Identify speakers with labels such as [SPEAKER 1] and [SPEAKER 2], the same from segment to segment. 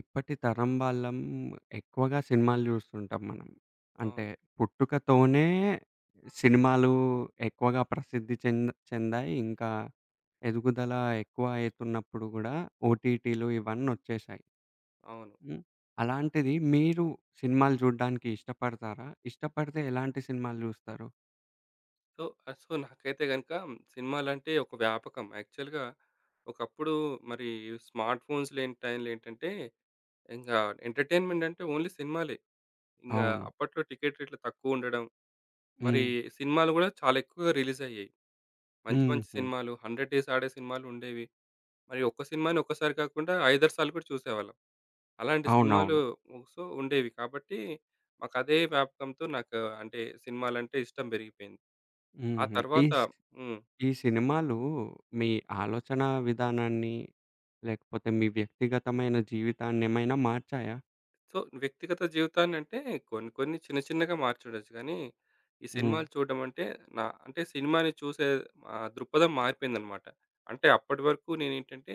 [SPEAKER 1] ఇప్పటి తరం వాళ్ళం ఎక్కువగా సినిమాలు జూస్తుంటాం మనం. అంటే
[SPEAKER 2] అవును.
[SPEAKER 1] పుట్టుకతోనే సినిమాలు ఎక్కువగా ప్రసిద్ధి చెందాయి. ఇంకా ఎదుగుదల ఎక్కువ అయితున్నప్పుడు గూడా ఓటీటీలు ఇవన్నొచ్చేశాయి.
[SPEAKER 2] అవును.
[SPEAKER 1] హ్మ్. అలాంటిది మీరు సినిమాలు జూడ్డానికి ఇష్టపడతారా? ఇష్టపడితే ఎలాంటి సినిమాలు జూస్తారు?
[SPEAKER 2] సో, సో, నాకైతే గనుక సినిమాలంటే ఒక వ్యాపకం. యాక్చువల్‌గా ఒకప్పుడు మరి స్మార్ట్ ఫోన్స్ లేని టైంలో ఏంటంటే, ఇంగా ఎంటర్‌టైన్‌మెంట్ అంటే ఓన్లీ సినిమాలే. ఇంగా
[SPEAKER 1] అవును.
[SPEAKER 2] అప్పట్లో టికెట్ రేట్లు తక్కువుండడం, మరి
[SPEAKER 1] హ్మ్.
[SPEAKER 2] సినిమాలు గూడా చాలా ఎక్కువగా రిలీజయ్యాయి. మంచి మంచి
[SPEAKER 1] హుహు.
[SPEAKER 2] సినిమాలు 100 డేస్ ఆడే సినిమాలుండేవి. మరి ఒక్క సినిమాని ఒక్కసారి కాకుండా ఐదారు సార్లు కూడా చూసేవాళ్ళం. అలాంటి సినిమాలు
[SPEAKER 1] అవునవును.
[SPEAKER 2] ఉండేవి. కాబట్టి మాకదే వ్యాపకంతో నాకు అంటే సినిమాలంటే ఇష్టం బెరిగిపోయింది. ఆ
[SPEAKER 1] హుహు. ఈ
[SPEAKER 2] తర్వాత. హ్మ్.
[SPEAKER 1] ఈ సినిమాలు మీ ఆలోచన విధానాన్ని, లేకపోతే మీ వ్యక్తిగతమైన జీవితాన్నేమైనా మార్చాయా?
[SPEAKER 2] సో, వ్యక్తిగత జీవితాన్నంటే కొన్ని కొన్ని చిన్న చిన్నగా మార్చుండొచ్చు గానీ, ఈ
[SPEAKER 1] హ్మ్.
[SPEAKER 2] సినిమాలు చూడడం అంటే నా అంటే సినిమాని చూసే దృక్పథం మారిపోయిందనమాట. అంటే అప్పటి వరకు నేనేంటంటే,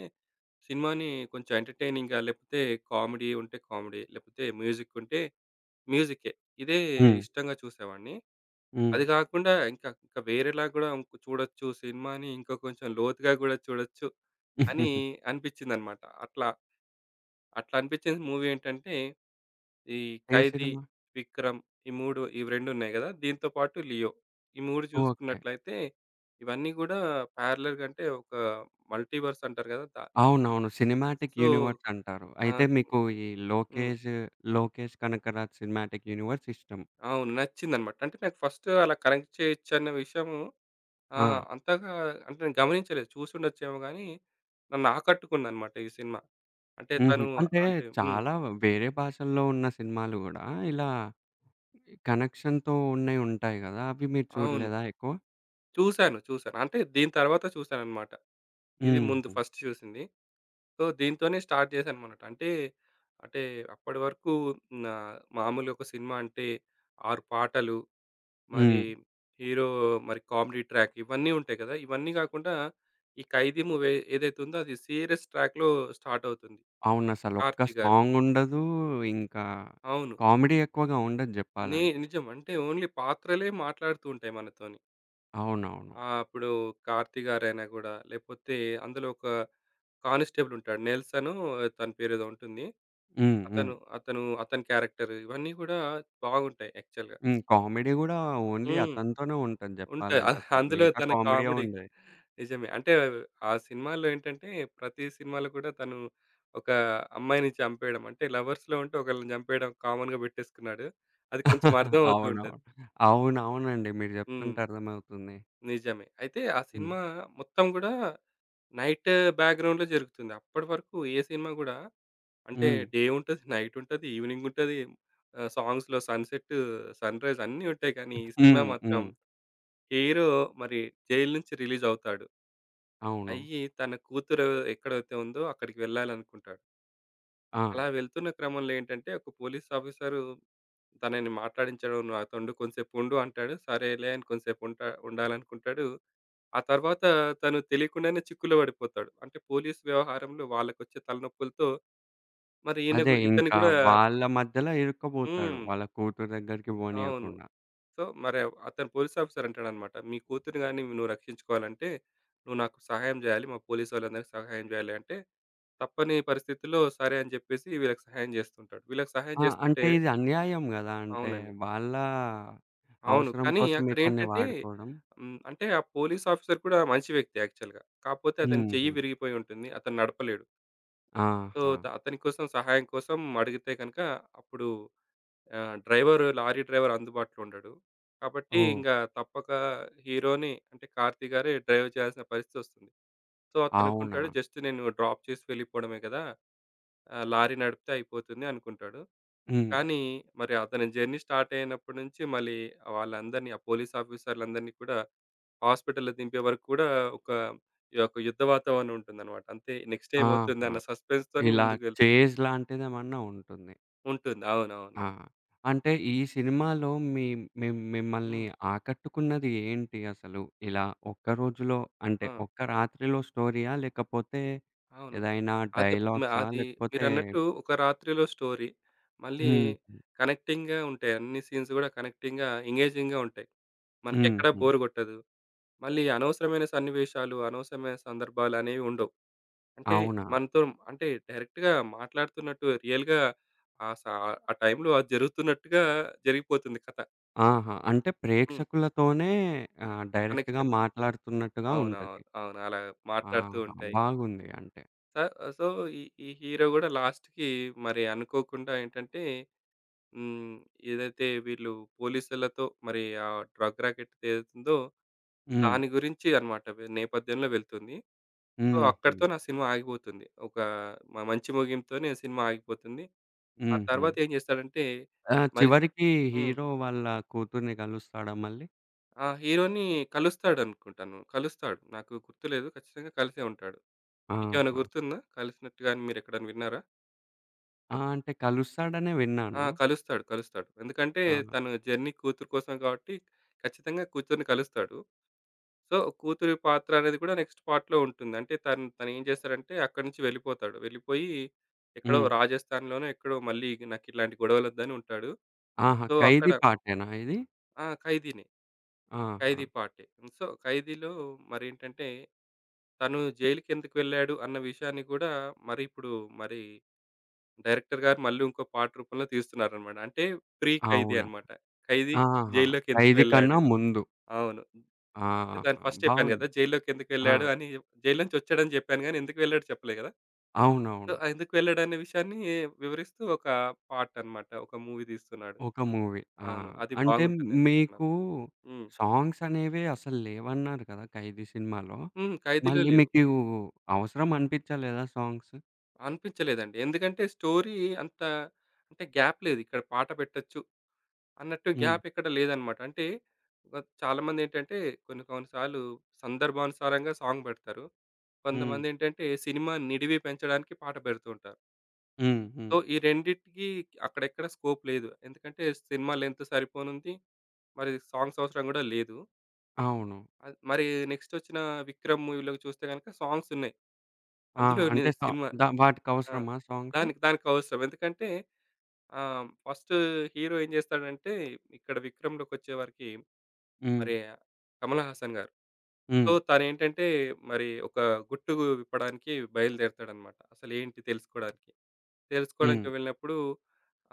[SPEAKER 2] సినిమాని కొంచెం ఎంటర్‌టైనింగ్‌గా లేపోతే కామెడీ ఉంటే కామెడీ, లేపోతే మ్యూజిక్ ఉంటే మ్యూజికే. ఇదే
[SPEAKER 1] హ్మ్.
[SPEAKER 2] ఇష్టంగా చూసేవాడిని.
[SPEAKER 1] హ్మ్.
[SPEAKER 2] అది గాకుండా ఇంకా ఇంకా వేరేలా గూడా ఇంక చూడొచ్చు, సినిమాని ఇంకా కొంచెం లోతుగా గూడా చూడొచ్చు అని అనిపిచ్చిందనమాట. అట్లా అట్లా అనిపిచ్చిన మూవీ ఏంటంటే ఈ
[SPEAKER 1] ఏ
[SPEAKER 2] 'ఖైదీ',
[SPEAKER 1] సినిమా?
[SPEAKER 2] 'విక్రమ్', ఈ 3 ఇవి 2 ఉన్నాయి గదా! దీంతో పాటు 'లియో', ఈ 3
[SPEAKER 1] ఓకే.
[SPEAKER 2] చూసుకున్నట్లయితే ఇవన్నీ గూడా ప్యారలల్‌గా అంటే ఒక మల్టీవర్స్ అంటారు గదా!
[SPEAKER 1] అవునవును. సినిమాటిక్
[SPEAKER 2] సో,
[SPEAKER 1] యూనివర్స్ అంటారు.
[SPEAKER 2] ఆ
[SPEAKER 1] అయితే
[SPEAKER 2] సినిమా.
[SPEAKER 1] మీకు ఈ
[SPEAKER 2] హ్మ్.
[SPEAKER 1] 'లోకేష్', 'లోకేష్ కనకరాజ్' సినిమాటిక్ యూనివర్స్ ఇష్టం.
[SPEAKER 2] అవును. నచ్చిందనమాట. అంటే నాకు ఫస్ట్ అలా కనెక్ట్ చేయొచ్చన్న విషయము
[SPEAKER 1] ఆ!
[SPEAKER 2] అంతగా అంటే నేను గమనించలేదు. చూసుండొచ్చేమో గానీ నన్ను ఆకట్టుకుందనమాట ఈ సినిమా. అంటే
[SPEAKER 1] హుహు.
[SPEAKER 2] తను
[SPEAKER 1] అంటే
[SPEAKER 2] అంటే. హ్మ్.
[SPEAKER 1] చాలా వేరే భాషల్లో ఉన్న సినిమాలు గూడా ఇలా కనెక్షన్‌తో ఉంటాయి గదా! అవి మీరు
[SPEAKER 2] అవును.
[SPEAKER 1] చూడలేదా ఎక్కువ?
[SPEAKER 2] చూసాను. చూసాను. అంటే దీని తర్వాత చూసాననమాట. ఇది ముందు
[SPEAKER 1] హుహు.
[SPEAKER 2] ఫస్ట్ చూసింది. సో, దీంతోనే స్టార్ట్ చేశాననమాట. అంటే, అంటే అప్పటి వరకు నా మామూలుగా ఒక సినిమా అంటే 6 పాటలు, మరి
[SPEAKER 1] హ్మ్.
[SPEAKER 2] హీరో, మరి కామెడీ ట్రాక్ ఇవన్నీ ఉంటాయి కదా! ఇవన్నీ కాకుండా ఈ 'ఖైదీ' మూవీ ఏదైతే ఉందో అది సీరియస్ ట్రాక్‌లో స్టార్ట్ అవుతుంది.
[SPEAKER 1] అవునసలొక్క
[SPEAKER 2] కార్తీ గారిది.
[SPEAKER 1] సాంగుండదు. ఇంకా
[SPEAKER 2] అవును.
[SPEAKER 1] కామెడీ ఎక్కువగా ఉండదు జెప్పాలంటే.
[SPEAKER 2] నిజం. అంటే ఓన్లీ పాత్రలే మాట్లాడుతూ ఉంటాయి మనతోని.
[SPEAKER 1] అవునవును.
[SPEAKER 2] ఇప్పుడు కార్తీ గారైనా గూడా లేకపోతే అందులో ఒక కానిస్టేబుల్ ఉంటాడు. నెల్సనో తన పేరేదో ఉంటుంది.
[SPEAKER 1] హ్మ్. హ్మ్.
[SPEAKER 2] అతను అతను అతని క్యారెక్టర్ ఇవన్నీ గూడా బాగుంటాయి యాక్చువల్‌గా.
[SPEAKER 1] హ్మ్. కామెడీ గూడా ఓన్లీ
[SPEAKER 2] హ్మ్.
[SPEAKER 1] అతనితోనే ఉంటది
[SPEAKER 2] ఉంటాయి.
[SPEAKER 1] జెప్పాలంటే అసలు.
[SPEAKER 2] అందులో
[SPEAKER 1] మిగతా
[SPEAKER 2] తన
[SPEAKER 1] కామెడీయే
[SPEAKER 2] కామెడీ
[SPEAKER 1] ఉండదు.
[SPEAKER 2] నిజమే. అంటే ఆ సినిమాలో ఏంటంటే ప్రతి సినిమాలో కూడా తను ఒక అమ్మాయిని చంపేయడం, అంటే లవర్స్‌లో ఉంటే ఒకళ్ళని చంపేయడం కామన్‌గా పెట్టేసుకున్నాడు. అది కొంచెం అర్థం అవుతూ ఉంటది.
[SPEAKER 1] అవునవును. అవునవునండి. మీరు
[SPEAKER 2] హ్మ్.
[SPEAKER 1] జెప్తుంటే అర్థమవుతుంది.
[SPEAKER 2] నిజమే. అయితే ఆ
[SPEAKER 1] హ్మ్.
[SPEAKER 2] సినిమా మొత్తం గూడా నైట్ బ్యాక్‌గ్రౌండ్‌లో జరుగుతుంది. అప్పటి వరకు ఏ సినిమా గూడా అంటే
[SPEAKER 1] హ్మ్.
[SPEAKER 2] డే ఉంటది, నైట్ ఉంటది, ఈవినింగ్ ఉంటది. సాంగ్స్‌లో సన్‌సెట్, సన్‌రైజ్ అన్నీ ఉంటాయి. కానీ ఈ సినిమా
[SPEAKER 1] హ్మ్.
[SPEAKER 2] మాత్రం
[SPEAKER 1] హ్మ్.
[SPEAKER 2] హీరో మరి జైలు నుంచి రిలీజ్ అవుతాడు.
[SPEAKER 1] అవును.
[SPEAKER 2] అయ్యి తన కూతురు ఎక్కడైతే ఉందో అక్కడికి వెళ్ళాలనుకుంటాడు.
[SPEAKER 1] ఆ!
[SPEAKER 2] అలా వెళ్తున్న క్రమంలో ఏంటంటే ఒక పోలీస్ ఆఫీసరు తనని మాట్లాడించడం, "నువ్వు నాతోండు కొంసేపు ఉండు" అంటాడు. సరేలే అని కొంసేపు ఉంటా ఉండాలనుకుంటాడు. ఆ తర్వాత తను తెలియకుండానే చిక్కులో పడిపోతాడు. అంటే పోలీస్ వ్యవహారంలో వాళ్ళకొచ్చే తలనొప్పులతో మరి ఈయన
[SPEAKER 1] అదే
[SPEAKER 2] ఇతను
[SPEAKER 1] ఇంకా
[SPEAKER 2] కూడా.
[SPEAKER 1] వాళ్ళ మధ్యలో ఇరుక్కుబోతాడు.
[SPEAKER 2] హ్మ్.
[SPEAKER 1] వాళ్ళ కూతురు దగ్గరికి
[SPEAKER 2] అవును.
[SPEAKER 1] పోనీయకుండా.
[SPEAKER 2] సో, మరి అతను పోలీస్ ఆఫీసర్ అంటాడనమాట. "మీ కూతురిని గాని నువ్వు రక్షించుకోవాలంటే, నువ్వు నాకు సహాయం జేయాలి. మా పోలీసు వాళ్ళందరికి సహాయం జేయాలి" అంటే, తప్పని పరిస్థితుల్లో సరే అని జెప్పేసి వీళ్ళకి సహాయం జేస్తుంటాడు. వీళ్ళకి సహాయం
[SPEAKER 1] ఆ!
[SPEAKER 2] జేస్తుంటే
[SPEAKER 1] అంటే ఇది అన్యాయం గదా! అంటే
[SPEAKER 2] అవునండి.
[SPEAKER 1] వాళ్ళ
[SPEAKER 2] అవును.
[SPEAKER 1] అవసరం
[SPEAKER 2] కానీ
[SPEAKER 1] కోసం ఇతన్ని
[SPEAKER 2] అక్కడేంటంటే.
[SPEAKER 1] వాడుకోవడం.
[SPEAKER 2] హ్మ్. అంటే ఆ పోలీస్ ఆఫీసర్ కూడా మంచి వ్యక్తే యాక్చువల్‌గా. కాకపోతే అతని చెయ్యి
[SPEAKER 1] హుహు.
[SPEAKER 2] విరిగిపోయి ఉంటుంది. అతను నడపలేడు. సో,
[SPEAKER 1] ఆహా!
[SPEAKER 2] అతని కోసం సహాయం కోసం అడిగితే గనక అప్పుడు. ఆ! డ్రైవరు, లారీ డ్రైవర్ అందుబాటులో ఉండడు. కాబట్టి
[SPEAKER 1] ఓహ్!
[SPEAKER 2] ఇంక తప్పక హీరోని అంటే కార్తీ గారే డ్రైవ్ చేయాల్సిన పరిస్థితొస్తుంది. సో,
[SPEAKER 1] అవునా?
[SPEAKER 2] అతననుకుంటాడు జస్ట్ నేను డ్రాప్ చేసి వెళ్ళిపోవడమే గదా! లారీ నడిపితే అయిపోతుంది అనుకుంటాడు.
[SPEAKER 1] హ్మ్.
[SPEAKER 2] కానీ మరి అతని జర్నీ స్టార్ట్ అయినప్పటి నుంచి మళ్ళీ వాళ్ళందరిని, ఆ పోలీస్ ఆఫీసర్‌లందరిని కూడా హాస్పిటల్‌లో దింపే వరకు కూడా ఒక ఈ యొక్క యుద్ధ వాతావరణం ఉంటుందన్నమాట. అంతే, నెక్స్ట్
[SPEAKER 1] ఆహా!
[SPEAKER 2] ఏమవుతుందన్న సస్పెన్స్‌తోని
[SPEAKER 1] ఇలా
[SPEAKER 2] ముందుకెళ్తారు.
[SPEAKER 1] చేజ్ లాంటిదేమన్నా ఉంటుంది.
[SPEAKER 2] ఉంటుంది.
[SPEAKER 1] ఆ!
[SPEAKER 2] అవునవును.
[SPEAKER 1] అంటే ఈ సినిమాలో మీ మి మిమ్మల్ని
[SPEAKER 2] హ్మ్.
[SPEAKER 1] ఆకట్టుకున్నది ఏంటి అసలు? ఇలా ఒక్క రోజులో అంటే
[SPEAKER 2] ఆ!
[SPEAKER 1] ఒక్క రాత్రిలో స్టోరీయా? లేకపోతే
[SPEAKER 2] అవును.
[SPEAKER 1] ఏదైనా
[SPEAKER 2] అది
[SPEAKER 1] డైలాగ్సా?
[SPEAKER 2] అది
[SPEAKER 1] లేకపోతే
[SPEAKER 2] మీరన్నట్టు ఒక రాత్రిలో స్టోరీ. మళ్ళీ
[SPEAKER 1] హ్మ్.
[SPEAKER 2] కనెక్టింగ్‌గా ఉంటాయి. అన్ని సీన్స్ గూడా కనెక్టింగ్‌గా, ఎంగేజింగ్‌గా ఉంటాయి. మనకెక్కడ
[SPEAKER 1] హుహు.
[SPEAKER 2] బోర్ గొట్టదు. మళ్ళీ అనవసరమైన సన్నివేశాలు, అనవసరమైన సందర్భాలు అనేవి ఉండవు. అంటే
[SPEAKER 1] అవునా?
[SPEAKER 2] మనతో అంటే డైరెక్ట్‌గా మాట్లాడుతున్నట్టు రియల్‌గా ఆ స ఆ టైంలో అది జరుగుతున్నట్టుగా జరిగిపోతుంది కథ.
[SPEAKER 1] ఆహా! అంటే
[SPEAKER 2] హ్మ్.
[SPEAKER 1] ప్రేక్షకులతోనే డైరెక్ట్‌గా
[SPEAKER 2] కనెక్షన్.
[SPEAKER 1] మాట్లాడుతున్నట్టుగా
[SPEAKER 2] అవునవును.
[SPEAKER 1] ఉంటది.
[SPEAKER 2] అవును. అవును అలా మాట్లాడుతూ
[SPEAKER 1] ఆహా!
[SPEAKER 2] ఉంటాయి.
[SPEAKER 1] బాగుంది అంటే.
[SPEAKER 2] స సో, ఈ ఈ హీరో గూడా లాస్ట్‌కి మరి అనుకోకుండా ఏంటంటే, హ్మ్. ఏదైతే వీళ్ళు పోలీసులతో మరి ఆ డ్రగ్ రాకెట్ ఏదైతుందో
[SPEAKER 1] హ్మ్.
[SPEAKER 2] దాని గురించి అన్నమాట నేపథ్యంలో వెళ్తుంది. సో,
[SPEAKER 1] హుహు.
[SPEAKER 2] అక్కడితో నా సినిమా ఆగిపోతుంది. ఒక మంచి ముగింపుతోనే సినిమా ఆగిపోతుంది. ఆ
[SPEAKER 1] హుహు.
[SPEAKER 2] తర్వాత ఏం చేస్తాడంటే
[SPEAKER 1] ఆ!
[SPEAKER 2] మరి.
[SPEAKER 1] చివరికి
[SPEAKER 2] హ్మ్.
[SPEAKER 1] హీరో వాళ్ళ కూతుర్ని కలుస్తాడా మళ్ళీ?
[SPEAKER 2] ఆ హీరోని కలుస్తాడనుకుంటాను. కలుస్తాడు. నాకు గుర్తులేదు. ఖచ్చితంగా కలిసే ఉంటాడు. మీకేమైనా
[SPEAKER 1] ఆహా!
[SPEAKER 2] గుర్తుందా? కలిసినట్టు గాని మీరెక్కడైనా విన్నారా?
[SPEAKER 1] ఆ! అంటే కలుస్తాడనే
[SPEAKER 2] ఆ!
[SPEAKER 1] విన్నాను.
[SPEAKER 2] కలుస్తాడు. కలుస్తాడు. ఎందుకంటే
[SPEAKER 1] ఆ!
[SPEAKER 2] తను జర్నీ కూతురు కోసం కాబట్టి ఖచ్చితంగా కూతుర్ని కలుస్తాడు. సో, కూతురి పాత్ర అనేది కూడా నెక్స్ట్ పార్ట్‌లో ఉంటుంది. అంటే తను తనేం చేస్తాడంటే అక్కడి నుంచి వెళ్ళిపోతాడు. వెళ్ళిపోయి ఎక్కడో
[SPEAKER 1] హ్మ్.
[SPEAKER 2] రాజస్థాన్‌లోనో ఎక్కడో మళ్ళీ నాకిట్లాంటి గొడవలొద్దని ఉంటాడు.
[SPEAKER 1] ఆహా!
[SPEAKER 2] సో, అక్కడ.
[SPEAKER 1] 'ఖైదీ' పాటేనా ఇది?
[SPEAKER 2] ఆ! ఖైదీనే.
[SPEAKER 1] ఆహా!
[SPEAKER 2] ఖైదీ పార్టే. సో, ఖైదీలో మరేంటంటే తను జైలుకెందుకు వెళ్ళాడు అన్న విషయాన్ని కూడా మరి ఇప్పుడు మరి డైరెక్టర్ గారు మళ్ళీ ఇంకో పార్ట్ రూపంలో తీస్తున్నారనమాట. అంటే ప్రీ ఖైదీ
[SPEAKER 1] అవునా?
[SPEAKER 2] అన్నమాట. ఖైదీ
[SPEAKER 1] ఆహా!
[SPEAKER 2] జైల్లోకెందుకు
[SPEAKER 1] 'ఖైదీ' కన్నా
[SPEAKER 2] వెళ్ళాడు.
[SPEAKER 1] ముందు.
[SPEAKER 2] అవును. అంటే దాన్ని
[SPEAKER 1] ఆహా!
[SPEAKER 2] ఫస్ట్ చెప్పాను
[SPEAKER 1] బావుంది.
[SPEAKER 2] గదా! జైల్లోకి
[SPEAKER 1] ఆ!
[SPEAKER 2] ఎందుకెళ్ళాడు అని జైల్లో నుంచి వచ్చాడని చెప్పాను గానీ, ఎందుకు వెళ్ళాడో చెప్పలే గదా! సో,
[SPEAKER 1] అవునవును.
[SPEAKER 2] ఆ ఎందుకు వెళ్ళాడనే విషయాన్ని వివరిస్తూ ఒక పాట అన్నమాట. ఒక మూవీ తీస్తున్నాడు.
[SPEAKER 1] ఒక మూవీ. ఆ!
[SPEAKER 2] అవును. అది
[SPEAKER 1] అంటే
[SPEAKER 2] బాగుంటుంది అనుకుంటున్నాను.
[SPEAKER 1] మీకు
[SPEAKER 2] హ్మ్.
[SPEAKER 1] సాంగ్స్ అనేవి అసలు లేవన్నారు కదా! 'ఖైదీ' సినిమాలో.
[SPEAKER 2] హ్మ్. 'ఖైదీలో'
[SPEAKER 1] మళ్ళీ
[SPEAKER 2] లేవు.
[SPEAKER 1] మీకు అవసరం అనిపించలేదా సాంగ్స్?
[SPEAKER 2] అనిపించలేదండి. ఎందుకంటే స్టోరీ అంత అంటే గ్యాప్ లేదు. ఇక్కడ పాట పెట్టొచ్చు అన్నట్టు
[SPEAKER 1] హ్మ్.
[SPEAKER 2] గ్యాప్ ఎక్కడ లేదన్నమాట. అంటే చాలామందేంటంటే కొన్ని కొన్ని సార్లు సందర్భానుసారంగా సాంగ్ పెడతారు.
[SPEAKER 1] హ్మ్.
[SPEAKER 2] కొంతమందేంటంటే సినిమా నిడివి పెంచడానికి పాట పెడుతూ ఉంటారు.
[SPEAKER 1] హ్మ్. హ్మ్.
[SPEAKER 2] సో, ఈ రెండిటికి అక్కడెక్కడ స్కోప్ లేదు. ఎందుకంటే సినిమా లెంత్ సరిపోనుంది. మరి సాంగ్స్ అవసరం గూడా లేదు.
[SPEAKER 1] అవును.
[SPEAKER 2] మరి నెక్స్ట్ ఒచ్చిన 'విక్రమ్' మూవీ‌లో చూస్తే గనక సాంగ్స్ ఉన్నాయి.
[SPEAKER 1] ఆ!
[SPEAKER 2] అందులో
[SPEAKER 1] అంటే సా
[SPEAKER 2] సినిమా.
[SPEAKER 1] ద వాటికి
[SPEAKER 2] ఆ!
[SPEAKER 1] అవసరమా సాంగ్స్?
[SPEAKER 2] దానికి దానికి అవసరం. ఎందుకంటే ఫస్ట్ హీరో ఏం జేస్తాడంటే, ఇక్కడ 'విక్రమ్‌లోకొచ్చేవరకి'
[SPEAKER 1] హ్మ్.
[SPEAKER 2] మరి కమల్ హాసన్ గారు. సో,
[SPEAKER 1] హ్మ్.
[SPEAKER 2] తనేంటంటే మరి ఒక గుట్టు విప్పడానికి బయలుదేరతాడన్నమాట. అసలేంటి తెలుసుకోవడానికి.
[SPEAKER 1] హ్మ్.
[SPEAKER 2] తెలుసుకోవడానికి వెళ్ళినప్పుడు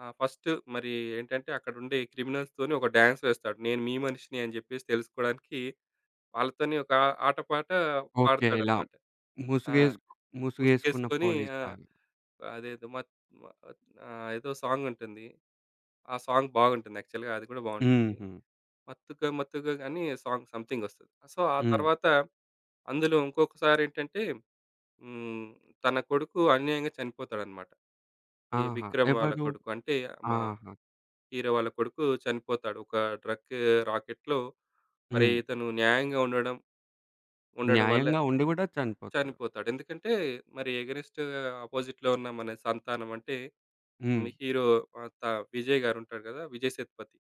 [SPEAKER 2] ఫస్ట్ మరి ఏంటంటే అక్కడుండే క్రిమినల్స్‌తోని ఒక డాన్స్ వేస్తాడు. నేను మీ మనిషిని అని జెప్పేసి తెలుసుకోవడానికి వాళ్ళతోని ఒక ఆట పాట
[SPEAKER 1] ఓకే. ఇలా
[SPEAKER 2] పాడతాడన్నమాట. ఆ!
[SPEAKER 1] ముసుగేసు ముసుగేసుకున్న
[SPEAKER 2] ముసుగేసుకొని. ఆ!
[SPEAKER 1] పోలీస్‌లాగా.
[SPEAKER 2] అదేదో మత్ మ ఏదో సాంగ్ ఉంటుంది. ఆ సాంగ్ బాగుంటుంది యాక్చువల్‌గా, అది కూడా బాగుంటుంది.
[SPEAKER 1] హుహు.
[SPEAKER 2] 'మత్తుగా మత్తుగా' అని సాంగ్ సంథింగ్ వస్తది. సో, ఆ
[SPEAKER 1] హ్మ్.
[SPEAKER 2] తర్వాత అందులో ఇంకొకసారి ఏంటంటే. హ్మ్. తన కొడుకు అన్యాయంగా చనిపోతాడన్నమాట. ఈ
[SPEAKER 1] ఆహా!
[SPEAKER 2] విక్రమ్ వాళ్ళ
[SPEAKER 1] ఎవరు?
[SPEAKER 2] కొడుకు అంటే మా
[SPEAKER 1] ఆహా!
[SPEAKER 2] హీరో వాళ్ళ కొడుకు చనిపోతాడు. ఒక డ్రగ్ రాకెట్‌లో మరి
[SPEAKER 1] హ్మ్.
[SPEAKER 2] ఇతను న్యాయంగా ఉండడం ఉండడం వల్ల
[SPEAKER 1] న్యాయంగా ఉండి గూడా చనిపోతాడు.
[SPEAKER 2] చనిపోతాడు. ఎందుకంటే మరి అగెనిస్ట్‌గా అపోజిట్‌లో ఉన్న మన సంతానం అంటే
[SPEAKER 1] హ్మ్.
[SPEAKER 2] మీ హీరో ఆహ్, త విజయ్ గారుంటాడు కదా! విజయ్ సేతుపతి.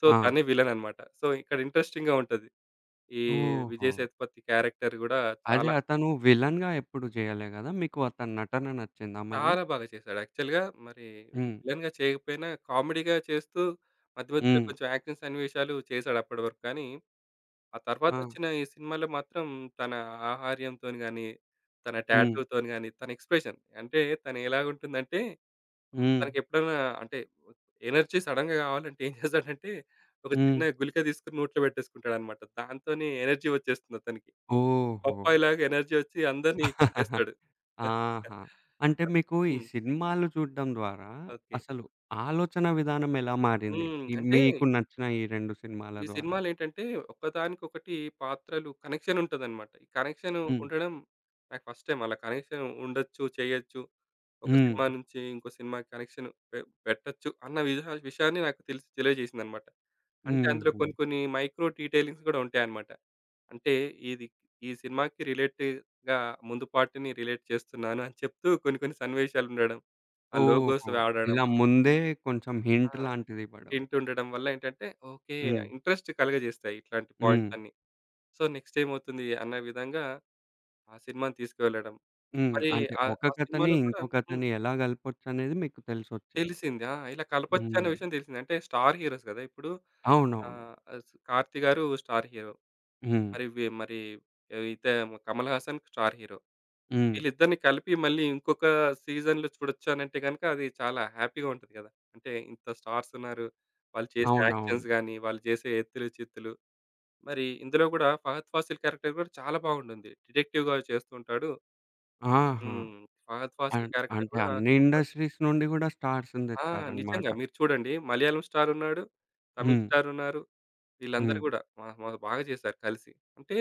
[SPEAKER 2] సో,
[SPEAKER 1] ఆ!
[SPEAKER 2] తనే విలన్ అన్నమాట. సో, ఇక్కడ ఇంట్రెస్టింగ్‌గా ఉంటది. ఈ
[SPEAKER 1] ఓహో!
[SPEAKER 2] విజయ్ సేతుపతి క్యారెక్టర్ గూడా
[SPEAKER 1] అదే.
[SPEAKER 2] చాలా,
[SPEAKER 1] అతను విలన్‌గా ఎప్పుడు చేయలే గదా! మీకు అతని నటన నచ్చిందా మళ్ళీ?
[SPEAKER 2] చాలా బాగా చేశాడు. యాక్చువల్‌గా మరి
[SPEAKER 1] హ్మ్.
[SPEAKER 2] విలన్‌గా చేయకపోయినా కామెడీగా చేస్తూ మధ్య మధ్యలో
[SPEAKER 1] హ్మ్.
[SPEAKER 2] కొంచెం యాక్షన్ సన్నివేశాలు చేశాడు అప్పటి వరకు. కానీ ఆ
[SPEAKER 1] ఆ!
[SPEAKER 2] తర్వాతొచ్చిన ఈ సినిమాలో మాత్రం తన ఆహార్యంతోని గాని, తన
[SPEAKER 1] హ్మ్.
[SPEAKER 2] టాటూతోని గాని, తన ఎక్స్‌ప్రెషన్, అంటే తను ఎలాగుంటుందంటే
[SPEAKER 1] హ్మ్.
[SPEAKER 2] తనకెప్పుడైనా అంటే ఎనర్జీ సడెన్‌గా కావాలంటే ఏం చేస్తాడంటే ఒక
[SPEAKER 1] హ్మ్.
[SPEAKER 2] చిన్న గుళిక తీసుకొని నోట్లో పెట్టేసుకుంటాడన్నమాట. దాంతోనే ఎనర్జీ వచ్చేస్తుంది అతనికి.
[SPEAKER 1] ఓహో!
[SPEAKER 2] పప్పాయిలాగా ఎనర్జీ వచ్చి అందరిని కొట్టేస్తాడు.
[SPEAKER 1] ఆహా! అంటే మీకు ఈ
[SPEAKER 2] హ్మ్.
[SPEAKER 1] సినిమాలు చూడడం ద్వారా
[SPEAKER 2] ఓకే.
[SPEAKER 1] అసలు ఆలోచన విధానం ఎలా మారింది?
[SPEAKER 2] హ్మ్.
[SPEAKER 1] ఈ
[SPEAKER 2] అంటే
[SPEAKER 1] మీకు నచ్చిన ఈ 2 సినిమాల
[SPEAKER 2] ఈ
[SPEAKER 1] ద్వారా?
[SPEAKER 2] సినిమాలేంటంటే ఒకదానికొకటి పాత్రలు కనెక్షన్ ఉంటదనమాట. ఈ కనెక్షన్
[SPEAKER 1] హ్మ్.
[SPEAKER 2] ఉండడం నాకు ఫస్ట్ టైమ్ అలా కనెక్షన్ ఉండొచ్చు, చేయొచ్చు. ఒక
[SPEAKER 1] హ్మ్.
[SPEAKER 2] సినిమా నుంచి ఇంకో సినిమా కనెక్షన్ పెట్టొచ్చు అన్న విషయాన్ని నాకు తెలిసి తెలియజేసిందనమాట. అంటే అందులో
[SPEAKER 1] హుహు.
[SPEAKER 2] కొన్ని కొన్ని మైక్రో డీటెయిలింగ్స్ కూడా ఉంటాయనమాట. అంటే ఇది ఈ సినిమాకి రిలేటివ్‌గా ముందు పార్ట్‌ని రిలేట్ చేస్తున్నాను అని చెప్తూ కొన్ని కొన్ని సన్నివేశాలుండడం. ఆ లోగోస్
[SPEAKER 1] ఓహో!
[SPEAKER 2] వాడడం.
[SPEAKER 1] ఇలా ముందే కొంచెం
[SPEAKER 2] ఆ!
[SPEAKER 1] హింట్ లాంటిది ఇవ్వడం.
[SPEAKER 2] వింటుండడం వల్ల ఏంటంటే, ఓకే.
[SPEAKER 1] హ్మ్.
[SPEAKER 2] ఇంట్రెస్ట్ కలుగజేస్తాయి ఇట్లాంటి
[SPEAKER 1] హ్మ్.
[SPEAKER 2] పాయింట్స్ అన్నీ. సో, నెక్స్ట్ ఏమవుతుంది అన్న విధంగా ఆ సినిమాని తీసుకువెళ్ళడం.
[SPEAKER 1] హ్మ్.
[SPEAKER 2] మరి
[SPEAKER 1] అంటే ఒక
[SPEAKER 2] ఆ
[SPEAKER 1] కథని
[SPEAKER 2] సినిమాలో కూడా.
[SPEAKER 1] ఇంకో
[SPEAKER 2] హ్మ్.
[SPEAKER 1] కథని ఎలా కలపొచ్చనేది మీకు తెలిసొచ్చింది.
[SPEAKER 2] తెలిసింది. ఆ! ఇలా కలపొచ్చు
[SPEAKER 1] హ్మ్.
[SPEAKER 2] అనే విషయం తెలిసింది. అంటే స్టార్ హీరోస్ గదా! ఇప్పుడు
[SPEAKER 1] అవునవును.
[SPEAKER 2] ఆహ్, స్ 'కార్తీ' గారు స్టార్ హీరో.
[SPEAKER 1] హ్మ్.
[SPEAKER 2] మరి వి మరి ఇత 'కమల్ హాసన్' స్టార్ హీరో.
[SPEAKER 1] హ్మ్.
[SPEAKER 2] వీళ్ళిద్దరిని కలిపి మళ్ళీ ఇంకొక సీజన్‌లో చూడొచ్చు అనంటే గనుక అది చాలా హ్యాపీగా ఉంటది గదా! అంటే ఇంత స్టార్స్ ఉన్నారు. వాళ్ళు చేసే
[SPEAKER 1] అవునవును.
[SPEAKER 2] యాక్షన్స్ గాని, వాళ్ళు చేసే ఎత్తులు, చిత్తులు మరి ఇందులో కూడా ఫహద్ ఫాసిల్ క్యారెక్టర్ కూడా చాలా బాగుంటుంది. డిటెక్టివ్‌గా చేస్తూ ఉంటాడు.
[SPEAKER 1] ఆహా!
[SPEAKER 2] హ్మ్. ఫహద్
[SPEAKER 1] అన్
[SPEAKER 2] ఫాసిల్ క్యారెక్టర్
[SPEAKER 1] అంటే
[SPEAKER 2] కూడా
[SPEAKER 1] అన్ని
[SPEAKER 2] సూపర్.
[SPEAKER 1] ఇండస్ట్రీస్ నుండి గూడా స్టార్స్‌ని
[SPEAKER 2] ఆ!
[SPEAKER 1] తెచ్చారన్నమాట.
[SPEAKER 2] నిజంగా మీరు చూడండి, మలయాళం స్టార్ ఉన్నాడు. తమిళ్
[SPEAKER 1] హ్మ్.
[SPEAKER 2] స్టార్ ఉన్నారు. వీళ్ళందరూ
[SPEAKER 1] హ్మ్.
[SPEAKER 2] కూడా మా మా బాగా చేశారు కలిసి. అంటే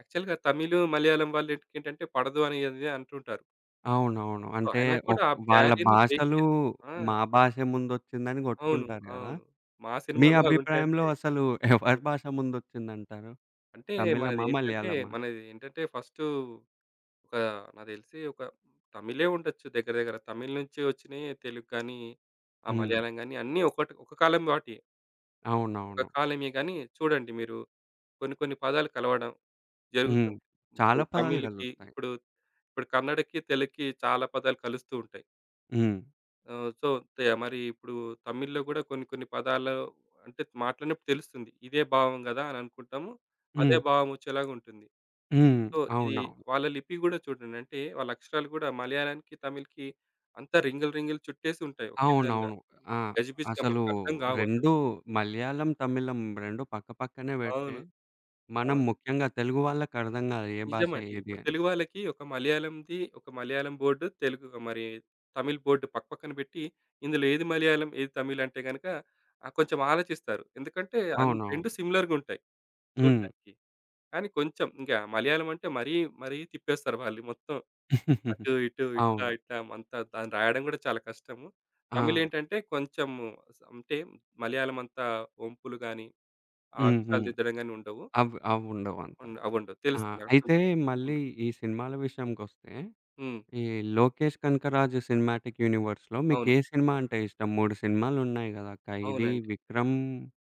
[SPEAKER 2] యాక్చువల్‌గా తమిళ్, మలయాళం వాళ్ళకేంటంటే పడదు అని అది అంటుంటారు.
[SPEAKER 1] అవునవును.
[SPEAKER 2] సో,
[SPEAKER 1] అంటే
[SPEAKER 2] అయినా కూడా
[SPEAKER 1] ఒక్
[SPEAKER 2] ఆ
[SPEAKER 1] వాళ్ళ
[SPEAKER 2] బ్యారియర్‌ని బ్రేక్
[SPEAKER 1] భాషలు
[SPEAKER 2] చేసి. ఆ!
[SPEAKER 1] మా భాషే ముందొచ్చిందని
[SPEAKER 2] అవును.
[SPEAKER 1] కొట్టుకుంటారు గదా!
[SPEAKER 2] అవును. మా సినిమా
[SPEAKER 1] మీ అభిప్రాయంలో
[SPEAKER 2] బాగుంటాయంటే.
[SPEAKER 1] అసలు ఎవరి
[SPEAKER 2] హ్మ్.
[SPEAKER 1] భాష ముందొచ్చిందంటారు?
[SPEAKER 2] అంటే
[SPEAKER 1] తమిళమా? మలయాళమా?
[SPEAKER 2] మనది ఏంటంటే ఫస్టు ఒక నాకు తెలిసి ఒక తమిళే ఉండొచ్చు దగ్గర దగ్గర. తమిళ్ నుంచి వచ్చినయి తెలుగు కానీ, ఆ
[SPEAKER 1] హ్మ్.
[SPEAKER 2] మలయాళం గానీ అన్నీ ఒకటి ఒక కాలం వాటియే. ఒక
[SPEAKER 1] అవునవును.
[SPEAKER 2] కాలమే గానీ చూడండి మీరు, కొన్ని కొన్ని పదాలు కలవడం
[SPEAKER 1] హ్మ్.
[SPEAKER 2] జరుగుతుంది.
[SPEAKER 1] చాలా
[SPEAKER 2] ఇప్పుడు
[SPEAKER 1] పదాలు
[SPEAKER 2] తమిళ్‌కి
[SPEAKER 1] కలుస్తాయి.
[SPEAKER 2] ఇప్పుడు, ఇప్పుడు కన్నడకి, తెలుగుకి చాలా పదాలు కలుస్తూ ఉంటాయి.
[SPEAKER 1] హ్మ్.
[SPEAKER 2] సో, మరి ఇప్పుడు తమిళ్‌లో గూడా కొన్ని కొన్ని పదాలు అంటే మాట్లాడినప్పుడు తెలుస్తుంది. ఇదే భావం గదా! అని అనుకుంటాము. అదే
[SPEAKER 1] హ్మ్.
[SPEAKER 2] భావం వచ్చేలాగా ఉంటుంది.
[SPEAKER 1] హ్మ్.
[SPEAKER 2] సో, ఇది
[SPEAKER 1] అవునవును.
[SPEAKER 2] వాళ్ళ లిపి గూడా చూడండి. అంటే వాళ్ళ అక్షరాలు గూడా మలయాళానికి, తమిళ్‌కి అంతా రింగులు రింగులు చుట్టేసి ఉంటాయి ఒకే విధంగా.
[SPEAKER 1] అవునవును. ఆ!
[SPEAKER 2] గజిబిజిగా
[SPEAKER 1] అసలు
[SPEAKER 2] మనకర్థం కావు అసలు.
[SPEAKER 1] 2 మలయాళం, తమిళం 2 పక్క పక్కనే పెడితే,
[SPEAKER 2] అవును. ఆ!
[SPEAKER 1] మనం ముఖ్యంగా తెలుగు వాళ్ళకర్థం కాదు ఏ భాష
[SPEAKER 2] నిజమండి.
[SPEAKER 1] ఏది
[SPEAKER 2] ఇప్పుడు
[SPEAKER 1] అని.
[SPEAKER 2] తెలుగు వాళ్ళకి ఒక మలయాళంది, ఒక మలయాళం బోర్డు, తెలుగు మరి తమిళ్ బోర్డు పక్కపక్కన పెట్టి, ఇందులో ఏది మలయాళం, ఏది తమిళ్ అంటే గనక కొంచెం ఆలోచిస్తారు. ఎందుకంటే
[SPEAKER 1] అవునవును.
[SPEAKER 2] 2 సిమిలర్‌గుంటాయి
[SPEAKER 1] హ్మ్.
[SPEAKER 2] చూడడానికి. కానీ కొంచెం ఇంక మలయాళం అంటే మరీ, మరీ తిప్పేస్తారు వాళ్ళు మొత్తం. అటు ఇటు ఇట్లా
[SPEAKER 1] అవును.
[SPEAKER 2] ఇట్లా అంతా దాన్ని రాయడం కూడా చాలా కష్టము.
[SPEAKER 1] ఆ!
[SPEAKER 2] తమిళ్ ఏంటంటే కొంచెము అంటే మలయాళం అంతా ఒంపులు గాని, ఆ
[SPEAKER 1] హ్మ్.
[SPEAKER 2] అక్షరాలు
[SPEAKER 1] హ్మ్.
[SPEAKER 2] దిద్దడం గాని ఉండవు.
[SPEAKER 1] అవ్ అవుండవంత.
[SPEAKER 2] అవుండవు
[SPEAKER 1] ఆ!
[SPEAKER 2] తెలుస్తుంది నాకు
[SPEAKER 1] అయితే
[SPEAKER 2] కొంచెం.
[SPEAKER 1] మళ్ళీ
[SPEAKER 2] హ్మ్.
[SPEAKER 1] ఈ సినిమాల విషయంకొస్తే,
[SPEAKER 2] హ్మ్.
[SPEAKER 1] ఈ 'లోకేష్ కనకరాజు' సినిమాటిక్ యూనివర్స్‌లో
[SPEAKER 2] అవును.
[SPEAKER 1] మీకే సినిమా అంటే ఇష్టం? 3 సినిమాలున్నాయి కదా! 'ఖైదీ',
[SPEAKER 2] అవునండి.
[SPEAKER 1] 'విక్రమ్',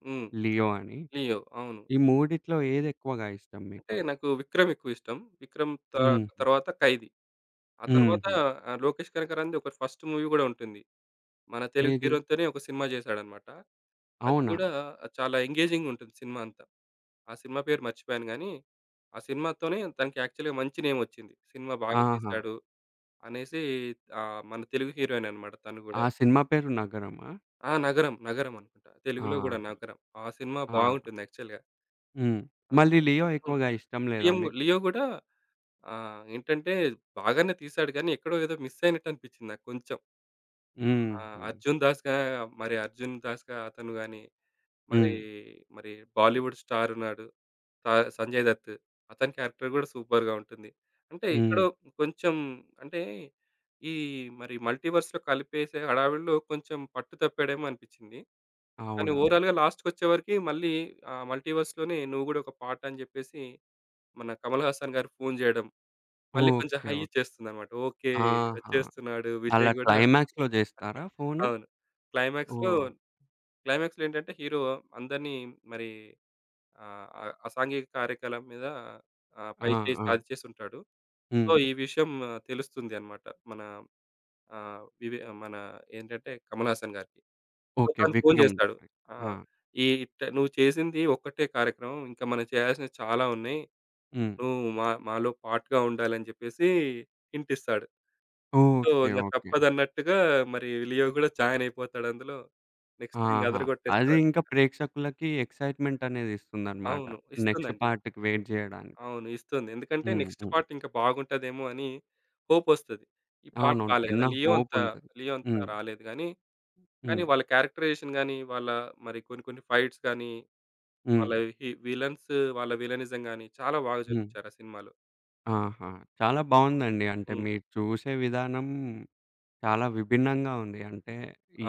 [SPEAKER 2] హ్మ్.
[SPEAKER 1] 'లియో' అని.
[SPEAKER 2] 'లియో' అవును.
[SPEAKER 1] ఈ మూడిట్లో ఏదెక్కువగా ఇష్టం మీకు?
[SPEAKER 2] అంటే నాకు 'విక్రమ్' ఎక్కువ ఇష్టం. 'విక్రమ్'
[SPEAKER 1] హ్మ్.
[SPEAKER 2] తర్వాత 'ఖైదీ'. ఆ తర్వాత
[SPEAKER 1] హుహు.
[SPEAKER 2] 'లోకేష్ కనకరాం'ది ఒక ఫస్ట్ మూవీ గూడా ఉంటుంది. మన తెలుగు
[SPEAKER 1] ఏది?
[SPEAKER 2] హీరోతోనే ఒక సినిమా జేశాడన్నమాట. అది
[SPEAKER 1] అవునా?
[SPEAKER 2] గూడా చాలా ఎంగేజింగ్ ఉంటుంది సినిమా అంతా. ఆ సినిమా పేరు మర్చిపోయాను గానీ, ఆ సినిమాతోనే తనకి యాక్చువల్‌గా మంచి నేమ్ వచ్చింది. సినిమా బాగా
[SPEAKER 1] ఆహా!
[SPEAKER 2] తీశాడు అనేసి మన తెలుగు హీరోయిన్ అనమాట తను
[SPEAKER 1] ఆ
[SPEAKER 2] గూడా.
[SPEAKER 1] సినిమా పేరు 'నగరమా'?
[SPEAKER 2] ఆ! 'నగరం', 'నగరం' అనుకుంటా. తెలుగులో
[SPEAKER 1] ఆహా!
[SPEAKER 2] గూడా 'నగరం.' ఆ సినిమా
[SPEAKER 1] ఆహా!
[SPEAKER 2] బాగుంటుంది యాక్చువల్‌గా.
[SPEAKER 1] హ్మ్. మళ్ళీ
[SPEAKER 2] అందులో.
[SPEAKER 1] 'లియో'
[SPEAKER 2] హ్మ్.
[SPEAKER 1] ఎక్కువగా ఇష్టం లేదా మీకు?
[SPEAKER 2] 'లియో' గూడా ఏంటంటే బాగానే తీశాడు గానీ, ఎక్కడో ఏదో మిస్ అయినట్టు అనిపిచ్చింది నాకు కొంచెం.
[SPEAKER 1] హుహు.
[SPEAKER 2] 'అర్జున్ దాస్‌గా' మరి 'అర్జున్ దాస్‌గా' అతను గాని, మరి,
[SPEAKER 1] హ్మ్.
[SPEAKER 2] మరి బాలీవుడ్ స్టార్ ఉన్నాడు. స 'సంజయ్ దత్', అతని క్యారెక్టర్ గూడా సూపర్‌గా ఉంటుంది. అంటే
[SPEAKER 1] హ్మ్.
[SPEAKER 2] ఎక్కడో కొంచెం అంటే ఈ మరి మల్టీవర్స్‌లో కలిపేసే హడావిడిలో కొంచెం పట్టు తప్పాడేమో అనిపిచ్చింది. కానీ
[SPEAKER 1] అవునా?
[SPEAKER 2] ఓవరాల్‌గా లాస్ట్‌కొచ్చేవరకి మళ్ళీ ఆ మల్టీవర్స్‌లోనే నువ్వు గూడా ఒక పార్ట్ అని జెప్పేసి మన కమల్ హాసన్ గారు ఫోను జేయడం మళ్ళీ కొంచెం
[SPEAKER 1] ఓకే.
[SPEAKER 2] Hi
[SPEAKER 1] okay.
[SPEAKER 2] ఇచ్చేస్తుందన్నమాట. ఓకే.
[SPEAKER 1] ఆహా!
[SPEAKER 2] వచ్చేస్తున్నాడు విజయ్
[SPEAKER 1] అలా
[SPEAKER 2] గూడా.
[SPEAKER 1] క్లైమాక్స్‌లో జేస్తారా ఫోను?
[SPEAKER 2] అవును. క్లైమాక్స్‌లో
[SPEAKER 1] ఓహ్!
[SPEAKER 2] క్లైమాక్స్‌లో ఏంటంటే హీరో అందరిని మరి. ఆ! అసాంఘిక కార్యకలాపం మీద
[SPEAKER 1] ఆ!
[SPEAKER 2] పైచేయి
[SPEAKER 1] ఆ!
[SPEAKER 2] సాధిచేసుంటాడు. సో,
[SPEAKER 1] హ్మ్.
[SPEAKER 2] ఈ విషయం తెలుస్తుంది అన్నమాట. మన ఆహ్, వివే మన ఏంటంటే, కమల్ హాసన్ గారికి. So,
[SPEAKER 1] okay.
[SPEAKER 2] తను ఫోను
[SPEAKER 1] 'విక్రమ్'
[SPEAKER 2] చేస్తాడు. ఆ!
[SPEAKER 1] ఆ!
[SPEAKER 2] "ఈ ఇట్ట నువ్వు చేసింది ఒక్కటే కార్యక్రమం. ఇంకా మనం చేయాల్సినవి చాలా ఉన్నాయి.
[SPEAKER 1] హ్మ్.
[SPEAKER 2] నువ్వు మా మాలో పార్ట్‌గా ఉండాలని" చెప్పేసి హింట్ ఇస్తాడు. So,
[SPEAKER 1] okay.
[SPEAKER 2] ఇంక
[SPEAKER 1] ఓకే.
[SPEAKER 2] తప్పదన్నట్టుగా మరి లియో గూడా జాయిన్ అయిపోతాడు అందులో. నెక్స్ట్ ఇంగ
[SPEAKER 1] ఆహా! అది ఇంకా
[SPEAKER 2] అదరగొట్టేస్తారన్నమాట.
[SPEAKER 1] ప్రేక్షకులకి ఎక్సైట్‌మెంట్ అనేది ఇస్తుందన్నమాట.
[SPEAKER 2] అవును.
[SPEAKER 1] నెక్స్ట్
[SPEAKER 2] ఇస్తుందండి.
[SPEAKER 1] పార్ట్‌కి వెయిట్ జేయడానికి.
[SPEAKER 2] అవును. ఇస్తుంది. ఎందుకంటే
[SPEAKER 1] హ్మ్.
[SPEAKER 2] నెక్స్ట్
[SPEAKER 1] హ్మ్.
[SPEAKER 2] పార్ట్ ఇంకా బాగుంటదేమో అని హోపొస్తది. ఈ పార్ట్
[SPEAKER 1] అవునవును.
[SPEAKER 2] రాలే
[SPEAKER 1] చిన్న
[SPEAKER 2] గదా!
[SPEAKER 1] హోపుంటది.
[SPEAKER 2] లియో అంత
[SPEAKER 1] హ్మ్.
[SPEAKER 2] రాలేదు గానీ, కానీ
[SPEAKER 1] హ్మ్.
[SPEAKER 2] వాళ్ళ క్యారెక్టరైజేషన్ గాని, వాళ్ళ మరి కొన్ని కొన్ని ఫైట్స్ గాని,
[SPEAKER 1] హ్మ్.
[SPEAKER 2] వాళ్ళ విలన్స్ వాళ్ళ విలనిజం గాని చాలా బాగా
[SPEAKER 1] హ్మ్.
[SPEAKER 2] చూపిచ్చారు ఆ సినిమాలో.
[SPEAKER 1] ఆహా! చాలా బావుందండి. అంటే
[SPEAKER 2] హ్మ్.
[SPEAKER 1] మీరు చూసే విధానం చాలా విభిన్నంగా ఉంది. అంటే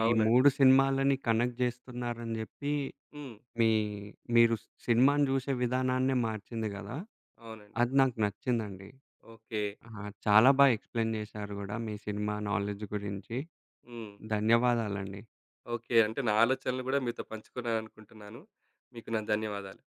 [SPEAKER 1] ఈ
[SPEAKER 2] అవునండి.
[SPEAKER 1] 3 సినిమాలని కనెక్ట్ జేస్తున్నారని జెప్పి
[SPEAKER 2] హ్మ్.
[SPEAKER 1] మీ మీరు సినిమాని జూసే విధానాన్నే మార్చింది గదా!
[SPEAKER 2] అవునండి.
[SPEAKER 1] అది నాకు నచ్చిందండి.
[SPEAKER 2] ఓకే.
[SPEAKER 1] ఆ! చాలా బా ఎక్స్‌ప్లెయిన్ జేశారు గూడా మీ సినిమా నాలెడ్జ్ గురించి.
[SPEAKER 2] హ్మ్.
[SPEAKER 1] ధన్యవాదాలండి.
[SPEAKER 2] ఓకే. అంటే నా ఆలోచనలు గూడా మీతో పంచుకున్నాననుకుంటున్నాను. మీకు నా ధన్యవాదాలు.